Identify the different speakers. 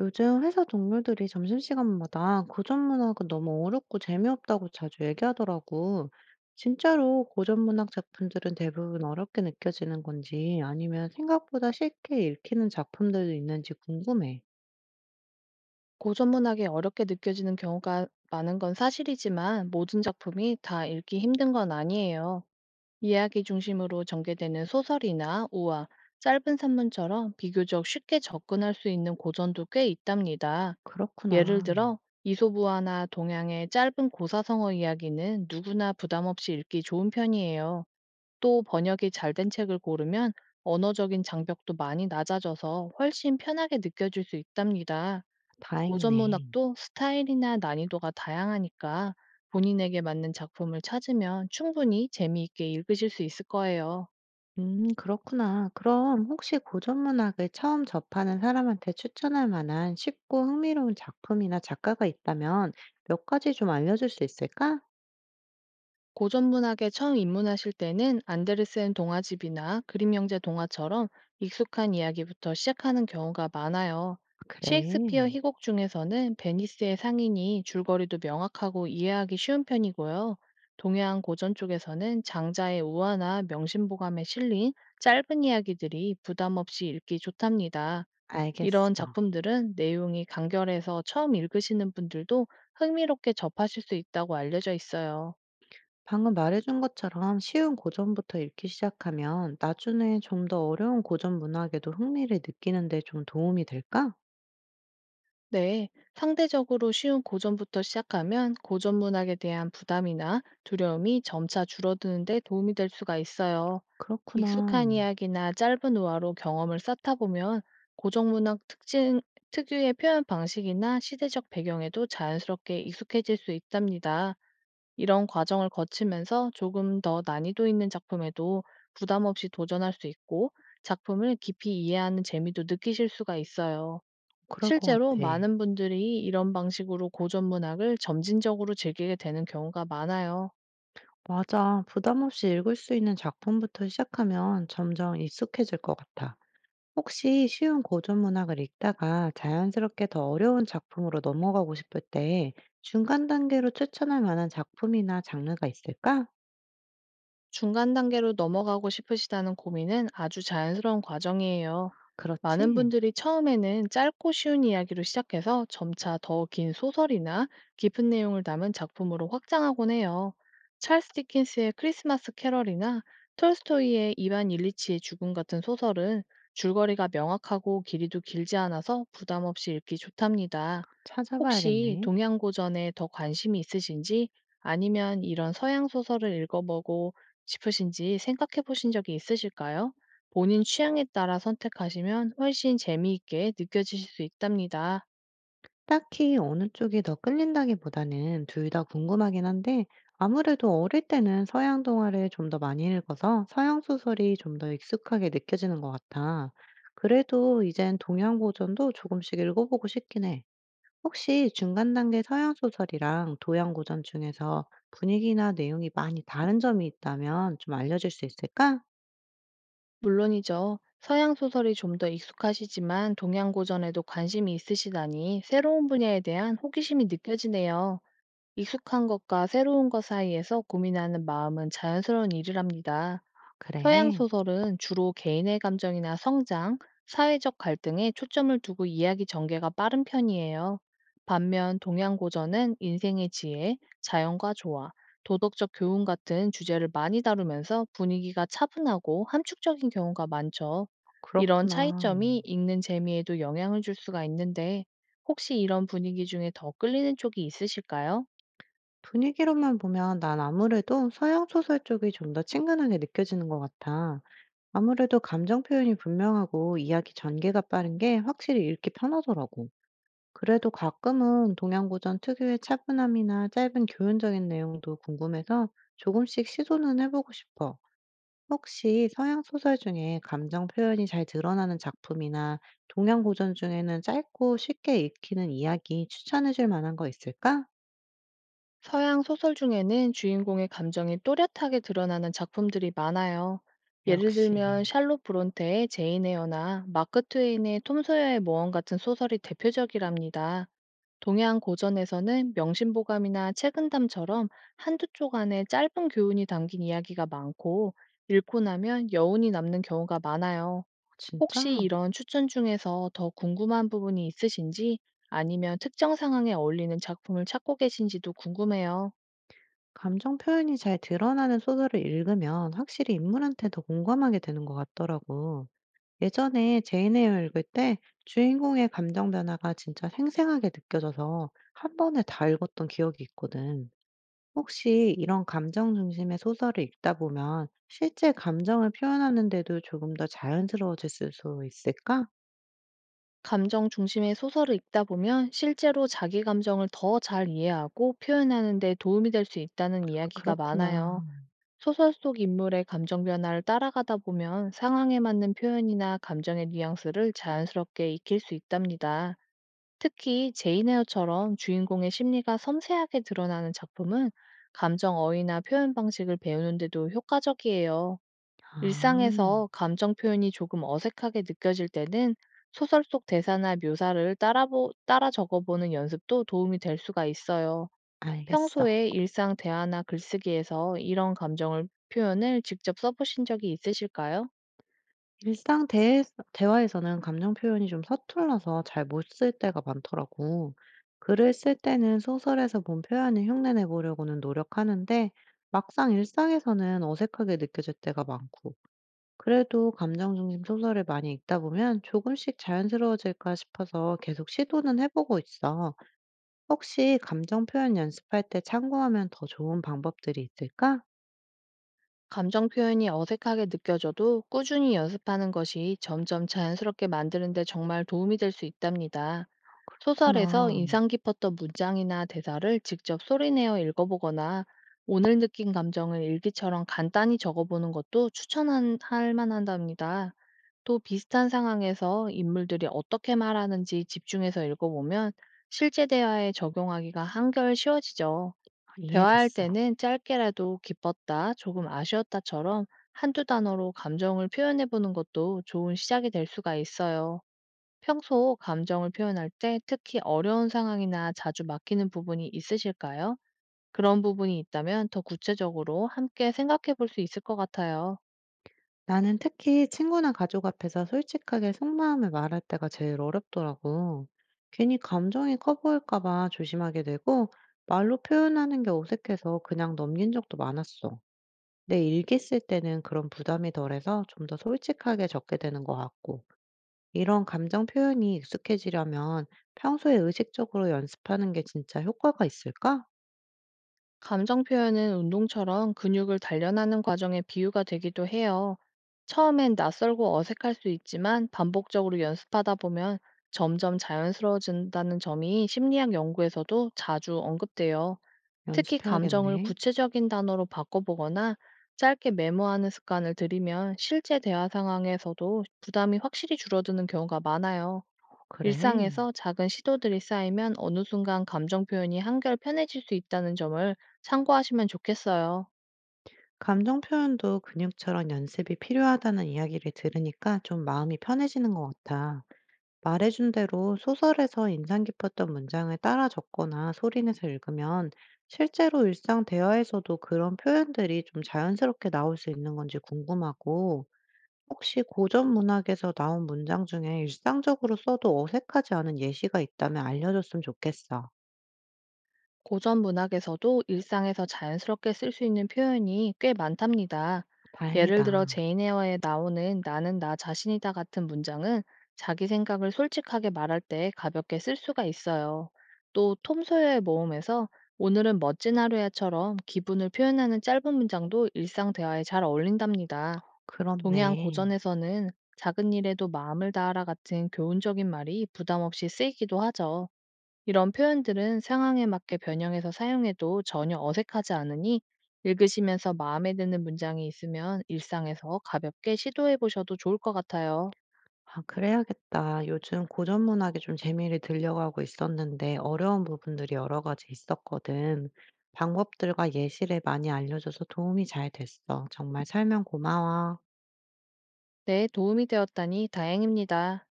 Speaker 1: 요즘 회사 동료들이 점심시간마다 고전 문학은 너무 어렵고 재미없다고 자주 얘기하더라고. 진짜로 고전 문학 작품들은 대부분 어렵게 느껴지는 건지 아니면 생각보다 쉽게 읽히는 작품들도 있는지 궁금해.
Speaker 2: 고전문학이 어렵게 느껴지는 경우가 많은 건 사실이지만, 모든 작품이 다 읽기 힘든 건 아니에요. 이야기 중심으로 전개되는 소설이나 우화, 짧은 산문처럼 비교적 쉽게 접근할 수 있는 고전도 꽤 있답니다. 예를
Speaker 1: 그렇구나.
Speaker 2: 들어 이소부화나 동양의 짧은 고사성어 이야기는 누구나 부담 없이 읽기 좋은 편이에요. 또 번역이 잘 된 책을 고르면 언어적인 장벽도 많이 낮아져서 훨씬 편하게 느껴질 수 있답니다. 고전
Speaker 1: 다행이네.
Speaker 2: 문학도 스타일이나 난이도가 다양하니까 본인에게 맞는 작품을 찾으면 충분히 재미있게 읽으실 수 있을 거예요.
Speaker 1: 그렇구나. 그럼 혹시 고전 문학을 처음 접하는 사람한테 추천할 만한 쉽고 흥미로운 작품이나 작가가 있다면 몇 가지 좀 알려줄 수 있을까?
Speaker 2: 고전 문학에 처음 입문하실 때는 안데르센 동화집이나 그림형제 동화처럼 익숙한 이야기부터 시작하는 경우가 많아요.
Speaker 1: 그래,
Speaker 2: 셰익스피어 희곡 중에서는 베니스의 상인이 줄거리도 명확하고 이해하기 쉬운 편이고요. 동양 고전 쪽에서는 장자의 우화나 명심보감에 실린 짧은 이야기들이 부담 없이 읽기 좋답니다. 이런
Speaker 1: 알겠어.
Speaker 2: 작품들은 내용이 간결해서 처음 읽으시는 분들도 흥미롭게 접하실 수 있다고 알려져 있어요.
Speaker 1: 방금 말해준 것처럼 쉬운 고전부터 읽기 시작하면 나중에 좀 더 어려운 고전 문학에도 흥미를 느끼는 데 좀 도움이 될까?
Speaker 2: 네, 상대적으로 쉬운 고전부터 시작하면 고전 문학에 대한 부담이나 두려움이 점차 줄어드는 데 도움이 될 수가 있어요.
Speaker 1: 그렇구나.
Speaker 2: 익숙한 이야기나 짧은 우화로 경험을 쌓다 보면 고전 문학 특징, 특유의 표현 방식이나 시대적 배경에도 자연스럽게 익숙해질 수 있답니다. 이런 과정을 거치면서 조금 더 난이도 있는 작품에도 부담 없이 도전할 수 있고, 작품을 깊이 이해하는 재미도 느끼실 수가 있어요.
Speaker 1: 그럴 것
Speaker 2: 실제로
Speaker 1: 같아.
Speaker 2: 많은 분들이 이런 방식으로 고전 문학을 점진적으로 즐기게 되는 경우가 많아요.
Speaker 1: 맞아. 부담 없이 읽을 수 있는 작품부터 시작하면 점점 익숙해질 것 같아. 혹시 쉬운 고전 문학을 읽다가 자연스럽게 더 어려운 작품으로 넘어가고 싶을 때 중간 단계로 추천할 만한 작품이나 장르가 있을까?
Speaker 2: 중간 단계로 넘어가고 싶으시다는 고민은 아주 자연스러운 과정이에요. 많은
Speaker 1: 그렇지?
Speaker 2: 분들이 처음에는 짧고 쉬운 이야기로 시작해서 점차 더 긴 소설이나 깊은 내용을 담은 작품으로 확장하곤 해요. 찰스 디킨스의 크리스마스 캐럴이나 톨스토이의 이반 일리치의 죽음 같은 소설은 줄거리가 명확하고 길이도 길지 않아서 부담 없이 읽기 좋답니다. 혹시
Speaker 1: 찾아봐야겠네.
Speaker 2: 동양 고전에 더 관심이 있으신지, 아니면 이런 서양 소설을 읽어보고 싶으신지 생각해 보신 적이 있으실까요? 본인 취향에 따라 선택하시면 훨씬 재미있게 느껴지실 수 있답니다.
Speaker 1: 딱히 어느 쪽이 더 끌린다기보다는 둘 다 궁금하긴 한데 아무래도 어릴 때는 서양 동화를 좀 더 많이 읽어서 서양 소설이 좀 더 익숙하게 느껴지는 것 같아. 그래도 이젠 동양 고전도 조금씩 읽어보고 싶긴 해. 혹시 중간 단계 서양 소설이랑 동양 고전 중에서 분위기나 내용이 많이 다른 점이 있다면 좀 알려줄 수 있을까?
Speaker 2: 물론이죠. 서양 소설이 좀 더 익숙하시지만 동양 고전에도 관심이 있으시다니 새로운 분야에 대한 호기심이 느껴지네요. 익숙한 것과 새로운 것 사이에서 고민하는 마음은 자연스러운 일이랍니다.
Speaker 1: 그래,
Speaker 2: 서양 소설은 주로 개인의 감정이나 성장, 사회적 갈등에 초점을 두고 이야기 전개가 빠른 편이에요. 반면 동양 고전은 인생의 지혜, 자연과 조화, 도덕적 교훈 같은 주제를 많이 다루면서 분위기가 차분하고 함축적인 경우가 많죠. 이런
Speaker 1: 그렇구나.
Speaker 2: 차이점이 읽는 재미에도 영향을 줄 수가 있는데, 혹시 이런 분위기 중에 더 끌리는 쪽이 있으실까요?
Speaker 1: 분위기로만 보면 난 아무래도 서양 소설 쪽이 좀 더 친근하게 느껴지는 것 같아. 아무래도 감정 표현이 분명하고 이야기 전개가 빠른 게 확실히 읽기 편하더라고. 그래도 가끔은 동양 고전 특유의 차분함이나 짧은 교훈적인 내용도 궁금해서 조금씩 시도는 해보고 싶어. 혹시 서양 소설 중에 감정 표현이 잘 드러나는 작품이나 동양 고전 중에는 짧고 쉽게 읽히는 이야기 추천해 줄 만한 거 있을까?
Speaker 2: 서양 소설 중에는 주인공의 감정이 또렷하게 드러나는 작품들이 많아요. 예를
Speaker 1: 역시.
Speaker 2: 들면 샬롯 브론테의 제인 에어나 마크 트웨인의 톰 소여의 모험 같은 소설이 대표적이랍니다. 동양 고전에서는 명심보감이나 책은담처럼 한두 쪽 안에 짧은 교훈이 담긴 이야기가 많고, 읽고 나면 여운이 남는 경우가 많아요.
Speaker 1: 진짜?
Speaker 2: 혹시 이런 추천 중에서 더 궁금한 부분이 있으신지, 아니면 특정 상황에 어울리는 작품을 찾고 계신지도 궁금해요.
Speaker 1: 감정 표현이 잘 드러나는 소설을 읽으면 확실히 인물한테 더 공감하게 되는 것 같더라고. 예전에 제인에어 읽을 때 주인공의 감정 변화가 진짜 생생하게 느껴져서 한 번에 다 읽었던 기억이 있거든. 혹시 이런 감정 중심의 소설을 읽다 보면 실제 감정을 표현하는데도 조금 더 자연스러워질 수 있을까?
Speaker 2: 감정 중심의 소설을 읽다 보면 실제로 자기 감정을 더 잘 이해하고 표현하는 데 도움이 될 수 있다는 이야기가 많아요.
Speaker 1: 그렇구나.
Speaker 2: 소설 속 인물의 감정 변화를 따라가다 보면 상황에 맞는 표현이나 감정의 뉘앙스를 자연스럽게 익힐 수 있답니다. 특히 제인 헤어처럼 주인공의 심리가 섬세하게 드러나는 작품은 감정 어휘나 표현 방식을 배우는데도 효과적이에요.
Speaker 1: 아,
Speaker 2: 일상에서 감정 표현이 조금 어색하게 느껴질 때는 소설 속 대사나 묘사를 따라, 따라 적어보는 연습도 도움이 될 수가 있어요.
Speaker 1: 알겠어.
Speaker 2: 평소에 일상 대화나 글쓰기에서 이런 감정을 표현을 직접 써보신 적이 있으실까요?
Speaker 1: 일상 대 대화에서는 감정 표현이 좀 서툴러서 잘 못 쓸 때가 많더라고. 글을 쓸 때는 소설에서 본 표현을 흉내내 보려고는 노력하는데 막상 일상에서는 어색하게 느껴질 때가 많고. 그래도 감정 중심 소설을 많이 읽다 보면 조금씩 자연스러워질까 싶어서 계속 시도는 해보고 있어. 혹시 감정 표현 연습할 때 참고하면 더 좋은 방법들이 있을까?
Speaker 2: 감정 표현이 어색하게 느껴져도 꾸준히 연습하는 것이 점점 자연스럽게 만드는데 정말 도움이 될 수 있답니다. 소설에서
Speaker 1: 그렇구나.
Speaker 2: 인상 깊었던 문장이나 대사를 직접 소리내어 읽어보거나 오늘 느낀 감정을 일기처럼 간단히 적어보는 것도 추천할 만한답니다. 또 비슷한 상황에서 인물들이 어떻게 말하는지 집중해서 읽어보면 실제 대화에 적용하기가 한결 쉬워지죠. 대화할
Speaker 1: 이해됐어.
Speaker 2: 때는 짧게라도 기뻤다, 조금 아쉬웠다처럼 한두 단어로 감정을 표현해보는 것도 좋은 시작이 될 수가 있어요. 평소 감정을 표현할 때 특히 어려운 상황이나 자주 막히는 부분이 있으실까요? 그런 부분이 있다면 더 구체적으로 함께 생각해 볼 수 있을 것 같아요.
Speaker 1: 나는 특히 친구나 가족 앞에서 솔직하게 속마음을 말할 때가 제일 어렵더라고. 괜히 감정이 커 보일까 봐 조심하게 되고, 말로 표현하는 게 어색해서 그냥 넘긴 적도 많았어. 내 일기 쓸 때는 그런 부담이 덜해서 좀 더 솔직하게 적게 되는 것 같고, 이런 감정 표현이 익숙해지려면 평소에 의식적으로 연습하는 게 진짜 효과가 있을까?
Speaker 2: 감정 표현은 운동처럼 근육을 단련하는 과정의 비유가 되기도 해요. 처음엔 낯설고 어색할 수 있지만 반복적으로 연습하다 보면 점점 자연스러워진다는 점이 심리학 연구에서도 자주 언급돼요. 특히 감정을
Speaker 1: 연습해야겠네.
Speaker 2: 구체적인 단어로 바꿔보거나 짧게 메모하는 습관을 들이면 실제 대화 상황에서도 부담이 확실히 줄어드는 경우가 많아요.
Speaker 1: 어, 그래.
Speaker 2: 일상에서 작은 시도들이 쌓이면 어느 순간 감정 표현이 한결 편해질 수 있다는 점을 참고하시면 좋겠어요.
Speaker 1: 감정 표현도 근육처럼 연습이 필요하다는 이야기를 들으니까 좀 마음이 편해지는 것 같아. 말해준 대로 소설에서 인상 깊었던 문장을 따라 적거나 소리내서 읽으면 실제로 일상 대화에서도 그런 표현들이 좀 자연스럽게 나올 수 있는 건지 궁금하고, 혹시 고전 문학에서 나온 문장 중에 일상적으로 써도 어색하지 않은 예시가 있다면 알려줬으면 좋겠어.
Speaker 2: 고전 문학에서도 일상에서 자연스럽게 쓸 수 있는 표현이 꽤 많답니다. 예를 들어
Speaker 1: 다행이다.
Speaker 2: 제인 에어에 나오는 "나는 나 자신이다" 같은 문장은 자기 생각을 솔직하게 말할 때 가볍게 쓸 수가 있어요. 또 톰 소여의 모험에서 "오늘은 멋진 하루야처럼 기분을 표현하는 짧은 문장도 일상 대화에 잘 어울린답니다. 동양
Speaker 1: 그렇네.
Speaker 2: 고전에서는 "작은 일에도 마음을 다하라" 같은 교훈적인 말이 부담 없이 쓰이기도 하죠. 이런 표현들은 상황에 맞게 변형해서 사용해도 전혀 어색하지 않으니, 읽으시면서 마음에 드는 문장이 있으면 일상에서 가볍게 시도해 보셔도 좋을 것 같아요.
Speaker 1: 아 그래야겠다. 요즘 고전 문학에 좀 재미를 들려가고 있었는데 어려운 부분들이 여러 가지 있었거든. 방법들과 예시를 많이 알려줘서 도움이 잘 됐어. 정말 설명 고마워.
Speaker 2: 네, 도움이 되었다니 다행입니다.